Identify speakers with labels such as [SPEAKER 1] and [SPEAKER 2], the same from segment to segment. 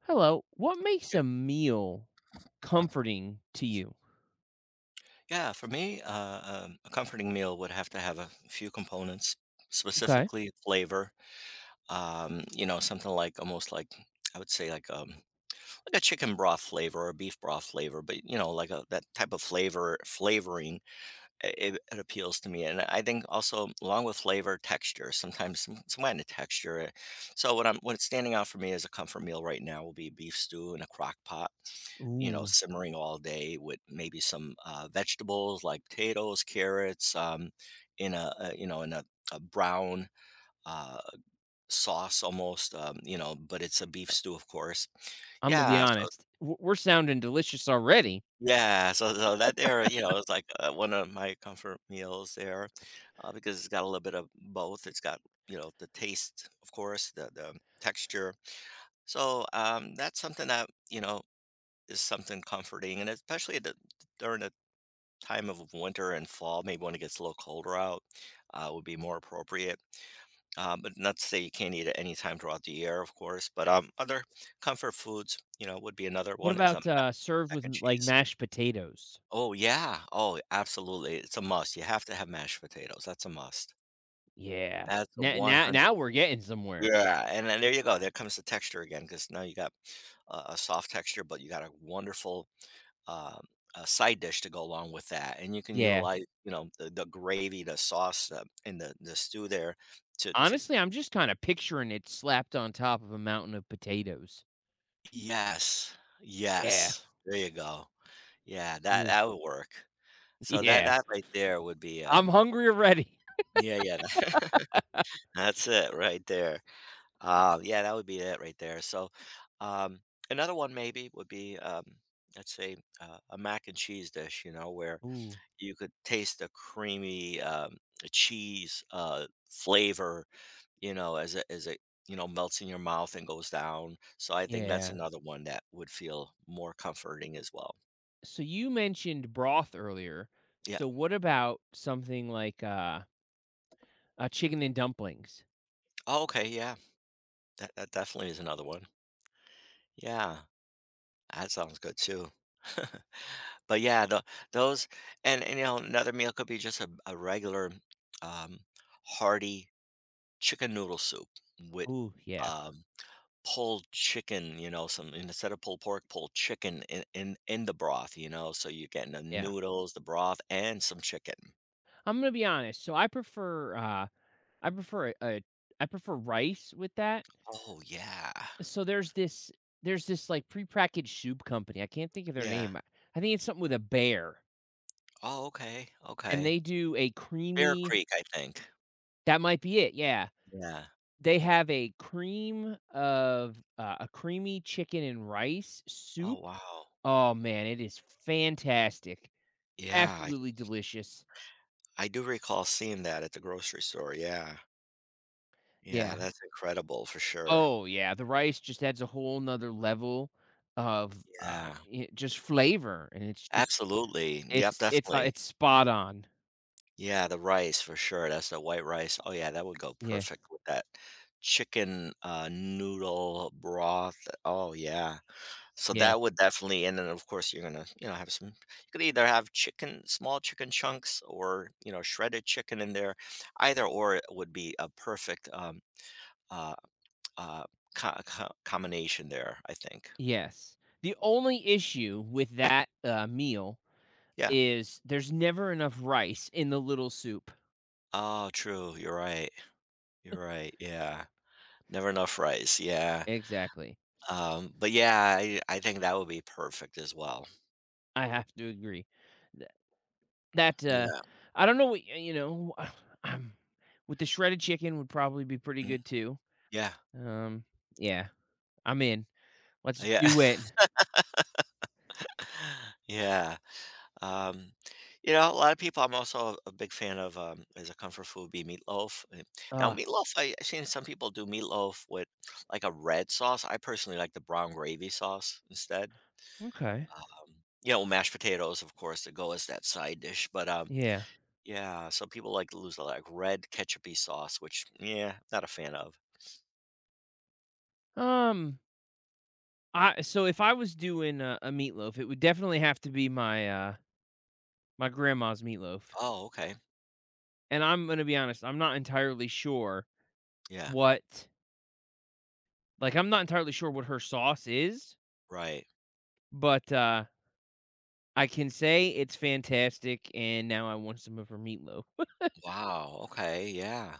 [SPEAKER 1] Hello. What makes
[SPEAKER 2] Yep.
[SPEAKER 1] a meal comforting to you?
[SPEAKER 2] Yeah, for me, a comforting meal would have to have a few components,
[SPEAKER 1] Okay.
[SPEAKER 2] specifically flavor. You know, something like almost like I would say like like a chicken broth flavor or beef broth flavor, but you know, like a that type of flavor flavoring it, it appeals to me, and I think also along with flavor texture sometimes some kind of texture eh. So what's standing out for me as a comfort meal right now will be beef stew in a crock pot, you know,
[SPEAKER 1] Ooh,
[SPEAKER 2] simmering all day with maybe some vegetables like potatoes, carrots, in a you know in a brown uh, sauce almost, you know, but it's a beef stew of course.
[SPEAKER 1] I'm gonna be
[SPEAKER 2] yeah so
[SPEAKER 1] honest. We're sounding delicious already.
[SPEAKER 2] Yeah, so that there, you know, it's like, one of my comfort meals there, because it's got a little bit of both. It's got, you know, the taste, of course, the texture. So, that's something that, you know, is something comforting, and especially the during the time of winter and fall, maybe when it gets a little colder out, would be more appropriate. But not to say you can't eat it any time throughout the year, of course, but, other comfort foods, you know, would be another
[SPEAKER 1] What
[SPEAKER 2] one is, um,
[SPEAKER 1] about
[SPEAKER 2] mac
[SPEAKER 1] served
[SPEAKER 2] mac
[SPEAKER 1] with
[SPEAKER 2] and
[SPEAKER 1] like
[SPEAKER 2] cheese.
[SPEAKER 1] mashed potatoes?
[SPEAKER 2] Oh, yeah. Oh, absolutely. It's a must. You have to have mashed potatoes. That's a must.
[SPEAKER 1] Yeah.
[SPEAKER 2] That's a 100.
[SPEAKER 1] Now we're getting somewhere.
[SPEAKER 2] Yeah, and then there you go. There comes the texture again, because now you got a soft texture, but you got a wonderful, um, side dish to go along with that, and you can
[SPEAKER 1] Yeah.
[SPEAKER 2] utilize, you know, the gravy, the sauce, and the stew there to to.
[SPEAKER 1] Honestly, I'm just kind of picturing it slapped on top of a mountain of potatoes.
[SPEAKER 2] Yes.
[SPEAKER 1] Yeah.
[SPEAKER 2] Yes. There you go. Yeah, that
[SPEAKER 1] Ooh.
[SPEAKER 2] that would work. So that
[SPEAKER 1] Yeah.
[SPEAKER 2] that right there would be,
[SPEAKER 1] I'm
[SPEAKER 2] um.
[SPEAKER 1] hungry already.
[SPEAKER 2] Yeah, yeah. That's it right there. Ah, yeah, that would be it right there. So, um, another one maybe would be, let's say, a mac and cheese dish, you know, where
[SPEAKER 1] Ooh.
[SPEAKER 2] you could taste the creamy, cheese, flavor, you know, you know, melts in your mouth and goes down. So I think that's
[SPEAKER 1] Yeah.
[SPEAKER 2] another one that would feel more comforting as well.
[SPEAKER 1] So you mentioned broth earlier.
[SPEAKER 2] Yeah.
[SPEAKER 1] So what about something like chicken and dumplings.
[SPEAKER 2] Oh, okay. Yeah. That definitely is another one. Yeah. That sounds good too. But yeah, those and, you know, another meal could be just a regular, um, hearty chicken noodle soup with,
[SPEAKER 1] Ooh, yeah,
[SPEAKER 2] um, pulled chicken, you know, some, instead of pulled pork, pulled chicken in in the broth, you know, so you're getting the
[SPEAKER 1] yeah.
[SPEAKER 2] noodles, the broth, and some chicken.
[SPEAKER 1] I'm gonna be honest. So I prefer, I prefer a, a, I prefer rice with that.
[SPEAKER 2] Oh, yeah.
[SPEAKER 1] So there's this, there's this like prepackaged soup company. I can't think of their
[SPEAKER 2] Yeah.
[SPEAKER 1] name. I think it's something with a bear,
[SPEAKER 2] Oh, okay,
[SPEAKER 1] and
[SPEAKER 2] okay.
[SPEAKER 1] they do a
[SPEAKER 2] Bear
[SPEAKER 1] creamy.
[SPEAKER 2] Creek, I think.
[SPEAKER 1] That might be it. Yeah,
[SPEAKER 2] Yeah.
[SPEAKER 1] they have a creamy chicken and rice
[SPEAKER 2] Oh,
[SPEAKER 1] soup.
[SPEAKER 2] wow.
[SPEAKER 1] Oh man, it is fantastic.
[SPEAKER 2] Yeah,
[SPEAKER 1] Absolutely delicious.
[SPEAKER 2] I do recall seeing that at the grocery store, yeah. Yeah,
[SPEAKER 1] Yeah.
[SPEAKER 2] that's incredible for sure.
[SPEAKER 1] Oh, yeah, the rice just adds a whole 'nother level of,
[SPEAKER 2] Yeah,
[SPEAKER 1] I just flavor, and it's just
[SPEAKER 2] absolutely. Yep, definitely.
[SPEAKER 1] it's spot on.
[SPEAKER 2] Yeah, the rice for sure, that's the white rice. Oh, yeah, that would go
[SPEAKER 1] Yeah,
[SPEAKER 2] perfect with that chicken, noodle broth. Oh, yeah. So
[SPEAKER 1] yeah,
[SPEAKER 2] that would definitely, and then, of course, you're gonna, you know, have some you could either have chicken, small chicken chunks, or, you know, shredded chicken in there. Either or it would be a perfect, uh uh, combination there, I think.
[SPEAKER 1] yes. The only issue with that, meal
[SPEAKER 2] Yeah.
[SPEAKER 1] is there's never enough rice in the little soup.
[SPEAKER 2] Oh, true. You're right. You're right. Yeah. Never enough rice. Yeah.
[SPEAKER 1] Exactly.
[SPEAKER 2] But yeah, I think that would be perfect as well.
[SPEAKER 1] I have to agree. Th that, uh,
[SPEAKER 2] Yeah.
[SPEAKER 1] I don't know what y you know, um, with the shredded chicken would probably be pretty
[SPEAKER 2] Mm.
[SPEAKER 1] good too.
[SPEAKER 2] Yeah.
[SPEAKER 1] Um, yeah, I'm in. Let's
[SPEAKER 2] Yeah.
[SPEAKER 1] do it.
[SPEAKER 2] Yeah. Um, you know, a lot of people, I'm also a big fan of, as a comfort food would be meatloaf. Now, meatloaf, I've seen some people do meatloaf with like a red sauce. I personally like the brown gravy sauce instead.
[SPEAKER 1] Okay.
[SPEAKER 2] Yeah, well, mashed potatoes, of course, that go as that side dish. But
[SPEAKER 1] Yeah.
[SPEAKER 2] yeah, so people like to lose the like red ketchupy sauce, which yeah, not a fan of.
[SPEAKER 1] Um. I so if I was doing a meatloaf, it would definitely have to be my my grandma's meatloaf.
[SPEAKER 2] Oh, okay.
[SPEAKER 1] And I'm gonna be honest, I'm not entirely sure
[SPEAKER 2] Yeah.
[SPEAKER 1] what I'm not entirely sure what her sauce is,
[SPEAKER 2] Right.
[SPEAKER 1] but I can say it's fantastic and now I want some of her meatloaf.
[SPEAKER 2] Wow. Okay. Yeah.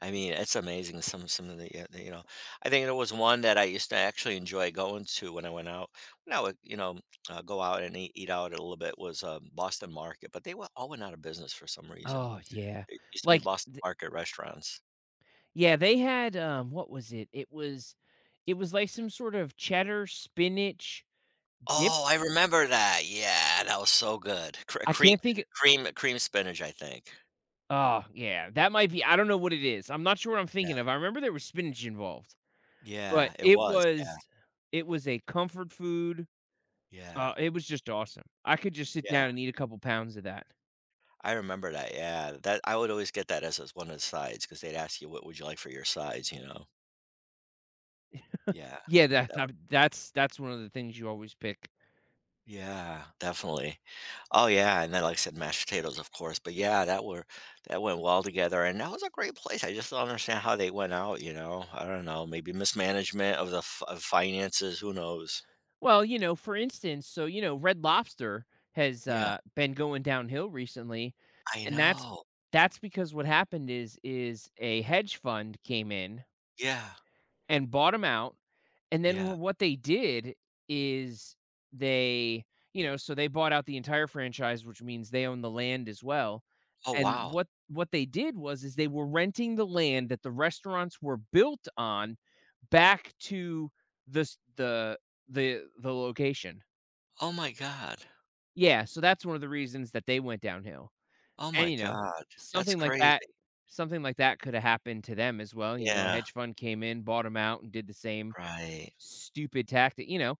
[SPEAKER 2] I mean, it's amazing. Some of the yeah, the- you know, I think there was one that I used to actually enjoy going to when I went out. When I would, you know, go out and eat, eat out a little bit, was Boston Market, but they were all went out of business for some reason.
[SPEAKER 1] Oh yeah.
[SPEAKER 2] It used to be
[SPEAKER 1] Like
[SPEAKER 2] Boston Market restaurants.
[SPEAKER 1] yeah, they had what was it? It was like some sort of cheddar spinach dip.
[SPEAKER 2] Oh, I remember that. Yeah, that was so good. Cr
[SPEAKER 1] I
[SPEAKER 2] cream
[SPEAKER 1] can't think
[SPEAKER 2] cream cream spinach, I think.
[SPEAKER 1] Oh, yeah, that might be I don't know what it is. I'm not sure what I'm
[SPEAKER 2] Yeah.
[SPEAKER 1] thinking of. I remember there was spinach involved,
[SPEAKER 2] Yeah,
[SPEAKER 1] but
[SPEAKER 2] it was. Yeah,
[SPEAKER 1] it was a comfort food.
[SPEAKER 2] yeah,
[SPEAKER 1] It was just awesome. I could just sit
[SPEAKER 2] yeah.
[SPEAKER 1] down and eat a couple pounds of that.
[SPEAKER 2] I remember that, yeah. That I would always get that as one of the sides because 'cause they'd ask you, "What would you like for your sides?" You know? Yeah.
[SPEAKER 1] Yeah,
[SPEAKER 2] That would,
[SPEAKER 1] that's one of the things you always pick.
[SPEAKER 2] yeah, definitely. Oh, yeah, and then, like I said, mashed potatoes, of course, but yeah, that were that went well together, and that was a great place. I just don't understand how they went out, you know? I don't know, maybe mismanagement of the f of finances, who knows?
[SPEAKER 1] Well, you know, for instance, so, you know, Red Lobster has,
[SPEAKER 2] Yeah.
[SPEAKER 1] been going downhill recently,
[SPEAKER 2] I
[SPEAKER 1] and
[SPEAKER 2] know.
[SPEAKER 1] that's because what happened is a hedge fund came in
[SPEAKER 2] Yeah,
[SPEAKER 1] and bought them out. And then
[SPEAKER 2] yeah.
[SPEAKER 1] what they did is they you know, so they bought out the entire franchise, which means they own the land as well,
[SPEAKER 2] Oh,
[SPEAKER 1] and
[SPEAKER 2] wow.
[SPEAKER 1] what they did was is they were renting the land that the restaurants were built on back to this the location.
[SPEAKER 2] Oh my god.
[SPEAKER 1] Yeah, so that's one of the reasons that they went downhill.
[SPEAKER 2] Oh
[SPEAKER 1] And,
[SPEAKER 2] my
[SPEAKER 1] you know,
[SPEAKER 2] god. That's
[SPEAKER 1] something like
[SPEAKER 2] crazy.
[SPEAKER 1] that something like that coulda happened to them as well, you know, a
[SPEAKER 2] Yeah,
[SPEAKER 1] hedge fund came in, bought them out, and did the same
[SPEAKER 2] right.
[SPEAKER 1] stupid tactic, you know?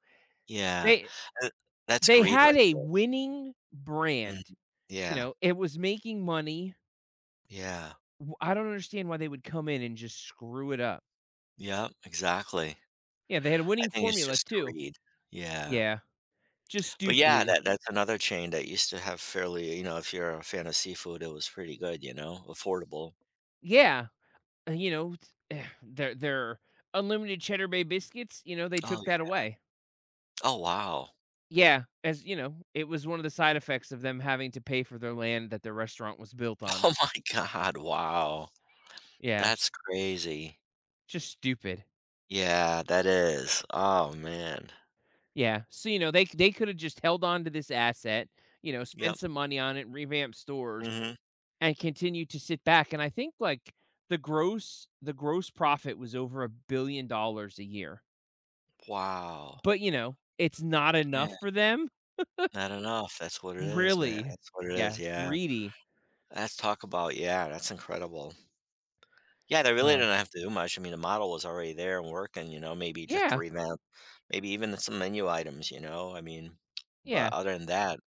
[SPEAKER 2] Yeah.
[SPEAKER 1] They
[SPEAKER 2] Uh, that's
[SPEAKER 1] They
[SPEAKER 2] greed right
[SPEAKER 1] had a
[SPEAKER 2] there.
[SPEAKER 1] winning brand,
[SPEAKER 2] Mhm.
[SPEAKER 1] you
[SPEAKER 2] Yeah,
[SPEAKER 1] know, it was making money.
[SPEAKER 2] yeah.
[SPEAKER 1] W I don't understand why they would come in and just screw it up.
[SPEAKER 2] Yep, exactly.
[SPEAKER 1] Yeah, they had a
[SPEAKER 2] I
[SPEAKER 1] winning
[SPEAKER 2] think it's
[SPEAKER 1] formula
[SPEAKER 2] just
[SPEAKER 1] too.
[SPEAKER 2] greed. Yeah.
[SPEAKER 1] Yeah, just
[SPEAKER 2] But yeah,
[SPEAKER 1] stupidity.
[SPEAKER 2] that that's another chain that used to have fairly, you know, if you're a fan of seafood, it was pretty good, you know, affordable.
[SPEAKER 1] Yeah, you know, t their unlimited Cheddar Bay biscuits, you know, they
[SPEAKER 2] Oh,
[SPEAKER 1] took that
[SPEAKER 2] yeah.
[SPEAKER 1] away.
[SPEAKER 2] Oh, wow.
[SPEAKER 1] Yeah, as you know, it was one of the side effects of them having to pay for their land that their restaurant was built on.
[SPEAKER 2] Oh my god, wow.
[SPEAKER 1] Yeah,
[SPEAKER 2] That's crazy.
[SPEAKER 1] just stupid.
[SPEAKER 2] Yeah, that is. Oh, man.
[SPEAKER 1] Yeah, so, you know, they could have just held on to this asset, you know,
[SPEAKER 2] Yep.
[SPEAKER 1] spend some money on it, revamp stores,
[SPEAKER 2] Mhm.
[SPEAKER 1] and continue to sit back, and I think, like, the gross profit was over $1,000,000,000 a year,
[SPEAKER 2] Wow.
[SPEAKER 1] but, you know, it's not
[SPEAKER 2] Man,
[SPEAKER 1] enough for them,
[SPEAKER 2] not enough. That's what it is, man.
[SPEAKER 1] really.
[SPEAKER 2] That's what it is,
[SPEAKER 1] Yeah,
[SPEAKER 2] yeah.
[SPEAKER 1] greedy.
[SPEAKER 2] That's talk about yeah, that's incredible. Yeah, they really
[SPEAKER 1] Um,
[SPEAKER 2] didn't have to do much. I mean, the model was already there and working, you know, maybe just
[SPEAKER 1] yeah,
[SPEAKER 2] revamp, maybe even some menu items, you know? I mean, but
[SPEAKER 1] yeah,
[SPEAKER 2] other than that,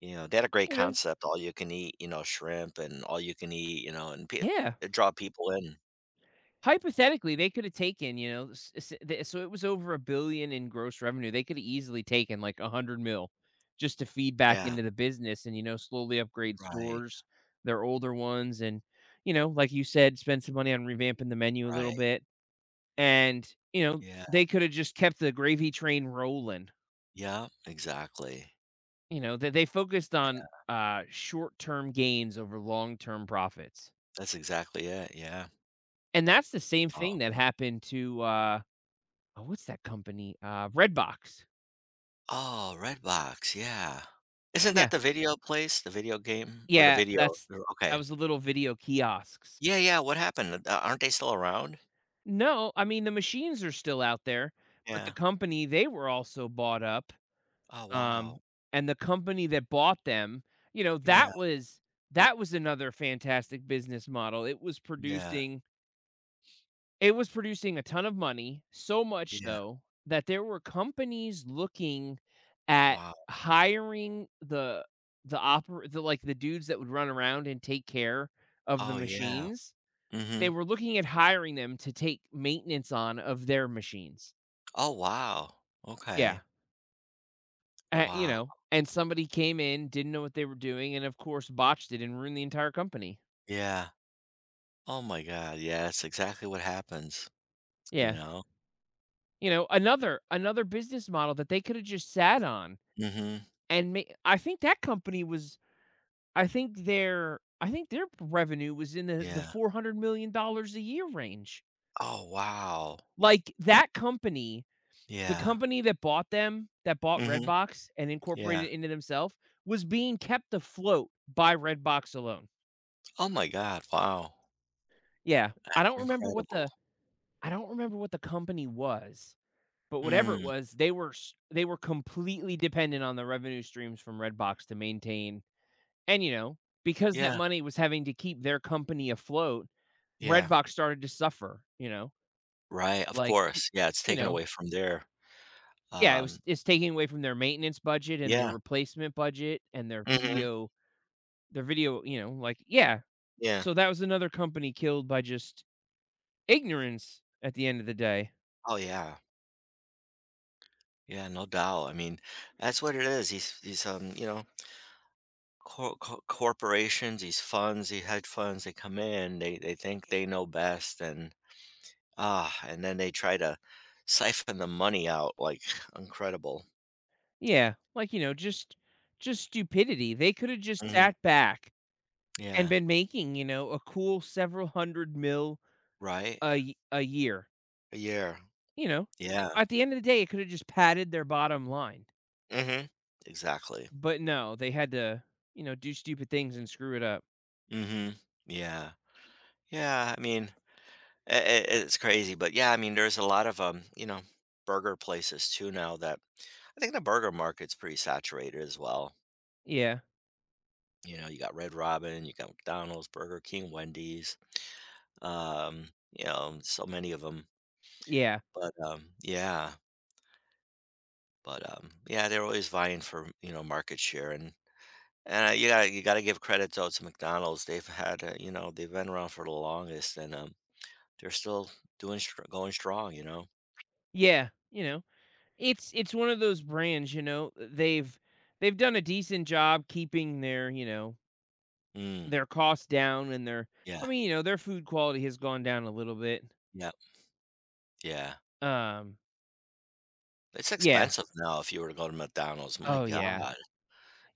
[SPEAKER 2] you know, they had a great
[SPEAKER 1] you know?
[SPEAKER 2] concept, all you can eat, you know, shrimp and all you can eat, you know, and pe
[SPEAKER 1] Yeah.
[SPEAKER 2] it draw people in.
[SPEAKER 1] Hypothetically, they could have taken, you know, s s the so it was over 1,000,000,000 in gross revenue. They could have easily taken like 100 mil just to feed back
[SPEAKER 2] Yeah,
[SPEAKER 1] into the business and, you know, slowly upgrade
[SPEAKER 2] right,
[SPEAKER 1] stores, their older ones, and, you know, like you said, spend some money on revamping the menu a
[SPEAKER 2] right.
[SPEAKER 1] little bit. And, you know,
[SPEAKER 2] Yeah,
[SPEAKER 1] they could have just kept the gravy train rolling.
[SPEAKER 2] yeah, exactly.
[SPEAKER 1] You know, that they focused on, short-term gains over long-term profits.
[SPEAKER 2] That's exactly it, yeah.
[SPEAKER 1] And that's the same
[SPEAKER 2] Oh.
[SPEAKER 1] thing that happened to, oh, what's that company? Redbox.
[SPEAKER 2] Oh, Redbox, yeah. Isn't that
[SPEAKER 1] Yeah.
[SPEAKER 2] the video place, the video game or the
[SPEAKER 1] Yeah,
[SPEAKER 2] video or
[SPEAKER 1] that
[SPEAKER 2] okay.
[SPEAKER 1] was the little video kiosks.
[SPEAKER 2] Yeah, yeah, what happened? Aren't they still around?
[SPEAKER 1] No, I mean, the machines are still out there, but
[SPEAKER 2] Yeah.
[SPEAKER 1] the company, they were also bought up,
[SPEAKER 2] Oh, wow.
[SPEAKER 1] um, and the company that bought them, you know,
[SPEAKER 2] Yeah,
[SPEAKER 1] that was another fantastic business model.
[SPEAKER 2] yeah,
[SPEAKER 1] It was producing a ton of money, so much
[SPEAKER 2] yeah.
[SPEAKER 1] so that there were companies looking at
[SPEAKER 2] Wow.
[SPEAKER 1] hiring like, the dudes that would run around and take care of the
[SPEAKER 2] Oh, yeah.
[SPEAKER 1] machines. They
[SPEAKER 2] Mhm.
[SPEAKER 1] were looking at hiring them to take maintenance on of their machines.
[SPEAKER 2] Oh, wow.
[SPEAKER 1] Yeah,
[SPEAKER 2] Okay.
[SPEAKER 1] you
[SPEAKER 2] Wow.
[SPEAKER 1] know, and somebody came in, didn't know what they were doing, and of course botched it and ruined the entire company.
[SPEAKER 2] Yeah. Oh my god, yeah, that's exactly what happens, you
[SPEAKER 1] Yeah,
[SPEAKER 2] know?
[SPEAKER 1] you know, another business model that they could have just sat on
[SPEAKER 2] Mhm.
[SPEAKER 1] and ma I think that company was I think their revenue was in the
[SPEAKER 2] Yeah.
[SPEAKER 1] $400 million dollars a year range.
[SPEAKER 2] Oh, wow.
[SPEAKER 1] Like, that company the
[SPEAKER 2] Yeah.
[SPEAKER 1] company that bought them, that bought
[SPEAKER 2] Mhm.
[SPEAKER 1] Redbox and
[SPEAKER 2] Yeah.
[SPEAKER 1] incorporated it into themselves, was being kept afloat by Redbox alone.
[SPEAKER 2] Oh my god, wow.
[SPEAKER 1] Yeah,
[SPEAKER 2] It's incredible.
[SPEAKER 1] I don't remember what the company was, but whatever it
[SPEAKER 2] Mm,
[SPEAKER 1] was, they were completely dependent on the revenue streams from Redbox to maintain. And you know, because that
[SPEAKER 2] yeah,
[SPEAKER 1] money was having to keep their company afloat,
[SPEAKER 2] yeah,
[SPEAKER 1] Redbox started to suffer. You know,
[SPEAKER 2] right, of
[SPEAKER 1] like y-
[SPEAKER 2] course, yeah, it's
[SPEAKER 1] you
[SPEAKER 2] taken
[SPEAKER 1] know,
[SPEAKER 2] away from there,
[SPEAKER 1] yeah,
[SPEAKER 2] um,
[SPEAKER 1] it's taking away from their maintenance budget and their
[SPEAKER 2] yeah,
[SPEAKER 1] replacement budget and
[SPEAKER 2] mhm,
[SPEAKER 1] their video, you know, like yeah.
[SPEAKER 2] yeah,
[SPEAKER 1] So that was another company killed by just ignorance at the end of the day.
[SPEAKER 2] oh, yeah, yeah, no doubt, I mean, that's what it is, these, you know, corporations, these funds, these hedge funds, they come in, they think they know best, and, ah, and then they try to siphon the money out, like, incredible.
[SPEAKER 1] Yeah, like, you know, just stupidity. They coulda just
[SPEAKER 2] Mhm,
[SPEAKER 1] sat back and
[SPEAKER 2] yeah,
[SPEAKER 1] been making, you know, a cool several hundred mil
[SPEAKER 2] right?
[SPEAKER 1] a year,
[SPEAKER 2] Yeah,
[SPEAKER 1] you know?
[SPEAKER 2] yeah,
[SPEAKER 1] At the end of the day, it coulda just padded their bottom line.
[SPEAKER 2] mhm, exactly,
[SPEAKER 1] But no, they had to, you know, do stupid things and screw it up.
[SPEAKER 2] mhm, yeah, yeah, I mean I it's crazy, but yeah, I mean, there's a lot of, you know, burger places too now that I think the burger market's pretty saturated as well.
[SPEAKER 1] Yeah,
[SPEAKER 2] You know, you got Red Robin, you got McDonald's, Burger King, Wendy's, you know, so many of them.
[SPEAKER 1] yeah,
[SPEAKER 2] But, yeah, but, yeah, they're always vying for, you know, market share and you got you gotta give credit though to McDonald's. They've had, you know, they've been around for the longest and, they're still doing str going strong, you know?
[SPEAKER 1] yeah, you know? It's one of those brands, you know, they've done a decent job keeping their, you know,
[SPEAKER 2] Mm.
[SPEAKER 1] their costs down and their
[SPEAKER 2] Yeah.
[SPEAKER 1] I mean, you know, their food quality has gone down a little bit.
[SPEAKER 2] Yep. Yeah.
[SPEAKER 1] Um,
[SPEAKER 2] It's
[SPEAKER 1] yeah.
[SPEAKER 2] expensive now if you were to go to McDonald's, my
[SPEAKER 1] Oh, yeah.
[SPEAKER 2] god.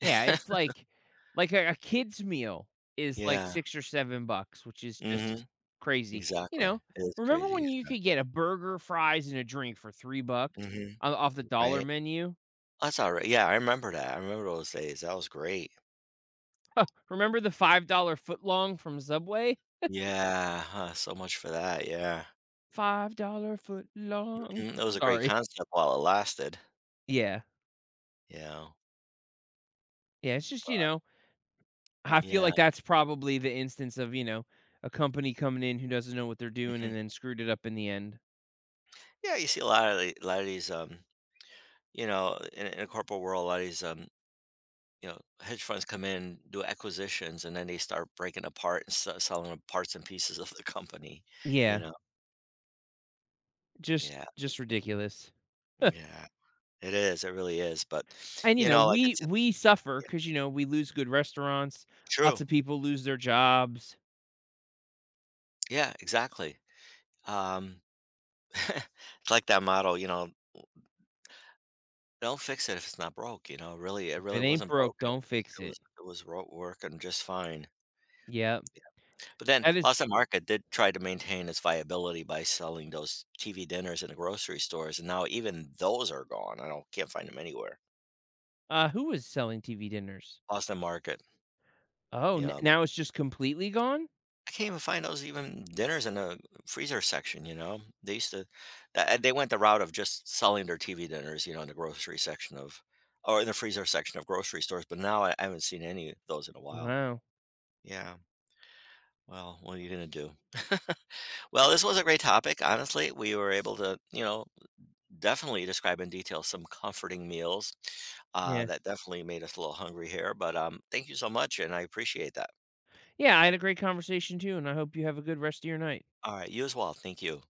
[SPEAKER 1] Yeah, it's like a kid's meal is like
[SPEAKER 2] Yeah,
[SPEAKER 1] 6 or 7 bucks, which is
[SPEAKER 2] mhm,
[SPEAKER 1] just crazy. You
[SPEAKER 2] exactly,
[SPEAKER 1] know,
[SPEAKER 2] it is
[SPEAKER 1] remember
[SPEAKER 2] crazy,
[SPEAKER 1] when you could get a burger, fries, and a drink for 3 bucks
[SPEAKER 2] mhm,
[SPEAKER 1] off the dollar
[SPEAKER 2] right?
[SPEAKER 1] menu?
[SPEAKER 2] That's alright, yeah, I remember that, I remember those days, that was great.
[SPEAKER 1] Remember the $5 footlong from Subway?
[SPEAKER 2] Yeah, huh, so much for that, yeah,
[SPEAKER 1] $5 foot long.
[SPEAKER 2] mhm, it was a great
[SPEAKER 1] Sorry.
[SPEAKER 2] concept while it lasted.
[SPEAKER 1] Yeah.
[SPEAKER 2] Yeah,
[SPEAKER 1] Yeah, it's just, you know, I feel
[SPEAKER 2] yeah,
[SPEAKER 1] like that's probably the instance of, you know, a company coming in who doesn't know what they're doing
[SPEAKER 2] mhm.
[SPEAKER 1] and then screwed it up in the end.
[SPEAKER 2] Yeah, you see a lot of the a lot of these, you know, in the corporate world, a lot of these, you know, hedge funds come in, do acquisitions, and then they start breaking apart and se- selling the parts and pieces of the company. You
[SPEAKER 1] Yeah,
[SPEAKER 2] know, yeah,
[SPEAKER 1] just ridiculous.
[SPEAKER 2] yeah, it is, it really is. But
[SPEAKER 1] And, you
[SPEAKER 2] you
[SPEAKER 1] know,
[SPEAKER 2] know, like I said,
[SPEAKER 1] we suffer
[SPEAKER 2] yeah,
[SPEAKER 1] because you know, we lose good restaurants,
[SPEAKER 2] true,
[SPEAKER 1] lots of people lose their jobs.
[SPEAKER 2] yeah, exactly. Um, it's like that model. You know, don't fix it if it's not broke. You know, really, it
[SPEAKER 1] If
[SPEAKER 2] really
[SPEAKER 1] it ain't
[SPEAKER 2] wasn't
[SPEAKER 1] broke,
[SPEAKER 2] broken. It
[SPEAKER 1] don't
[SPEAKER 2] was,
[SPEAKER 1] fix
[SPEAKER 2] it was,
[SPEAKER 1] it.
[SPEAKER 2] it was ro- working just fine.
[SPEAKER 1] Yeah,
[SPEAKER 2] But then
[SPEAKER 1] That is
[SPEAKER 2] Plaza Marca did try to maintain its viability by selling those TV dinners in the grocery stores, and now even those are gone. I don't can't find them anywhere.
[SPEAKER 1] who was selling TV dinners?
[SPEAKER 2] Plaza Market,
[SPEAKER 1] Oh,
[SPEAKER 2] you
[SPEAKER 1] n
[SPEAKER 2] know,
[SPEAKER 1] now it's just completely gone?
[SPEAKER 2] I can't even find those even dinners in the freezer section. You know, they used to, tha- they went the route of just selling their TV dinners, you know, in the grocery section of, or in the freezer section of grocery stores. But now I haven't seen any of those in a while.
[SPEAKER 1] Wow.
[SPEAKER 2] Yeah. Well, what are you gonna do? Well, this was a great topic. Honestly, we were able to, you know, definitely describe in detail some comforting meals.
[SPEAKER 1] Yeah.
[SPEAKER 2] That definitely made us a little hungry here, but thank you so much, and I appreciate that.
[SPEAKER 1] Yeah, I had a great conversation too, and I hope you have a good rest of your night.
[SPEAKER 2] All right, you as well. Thank you.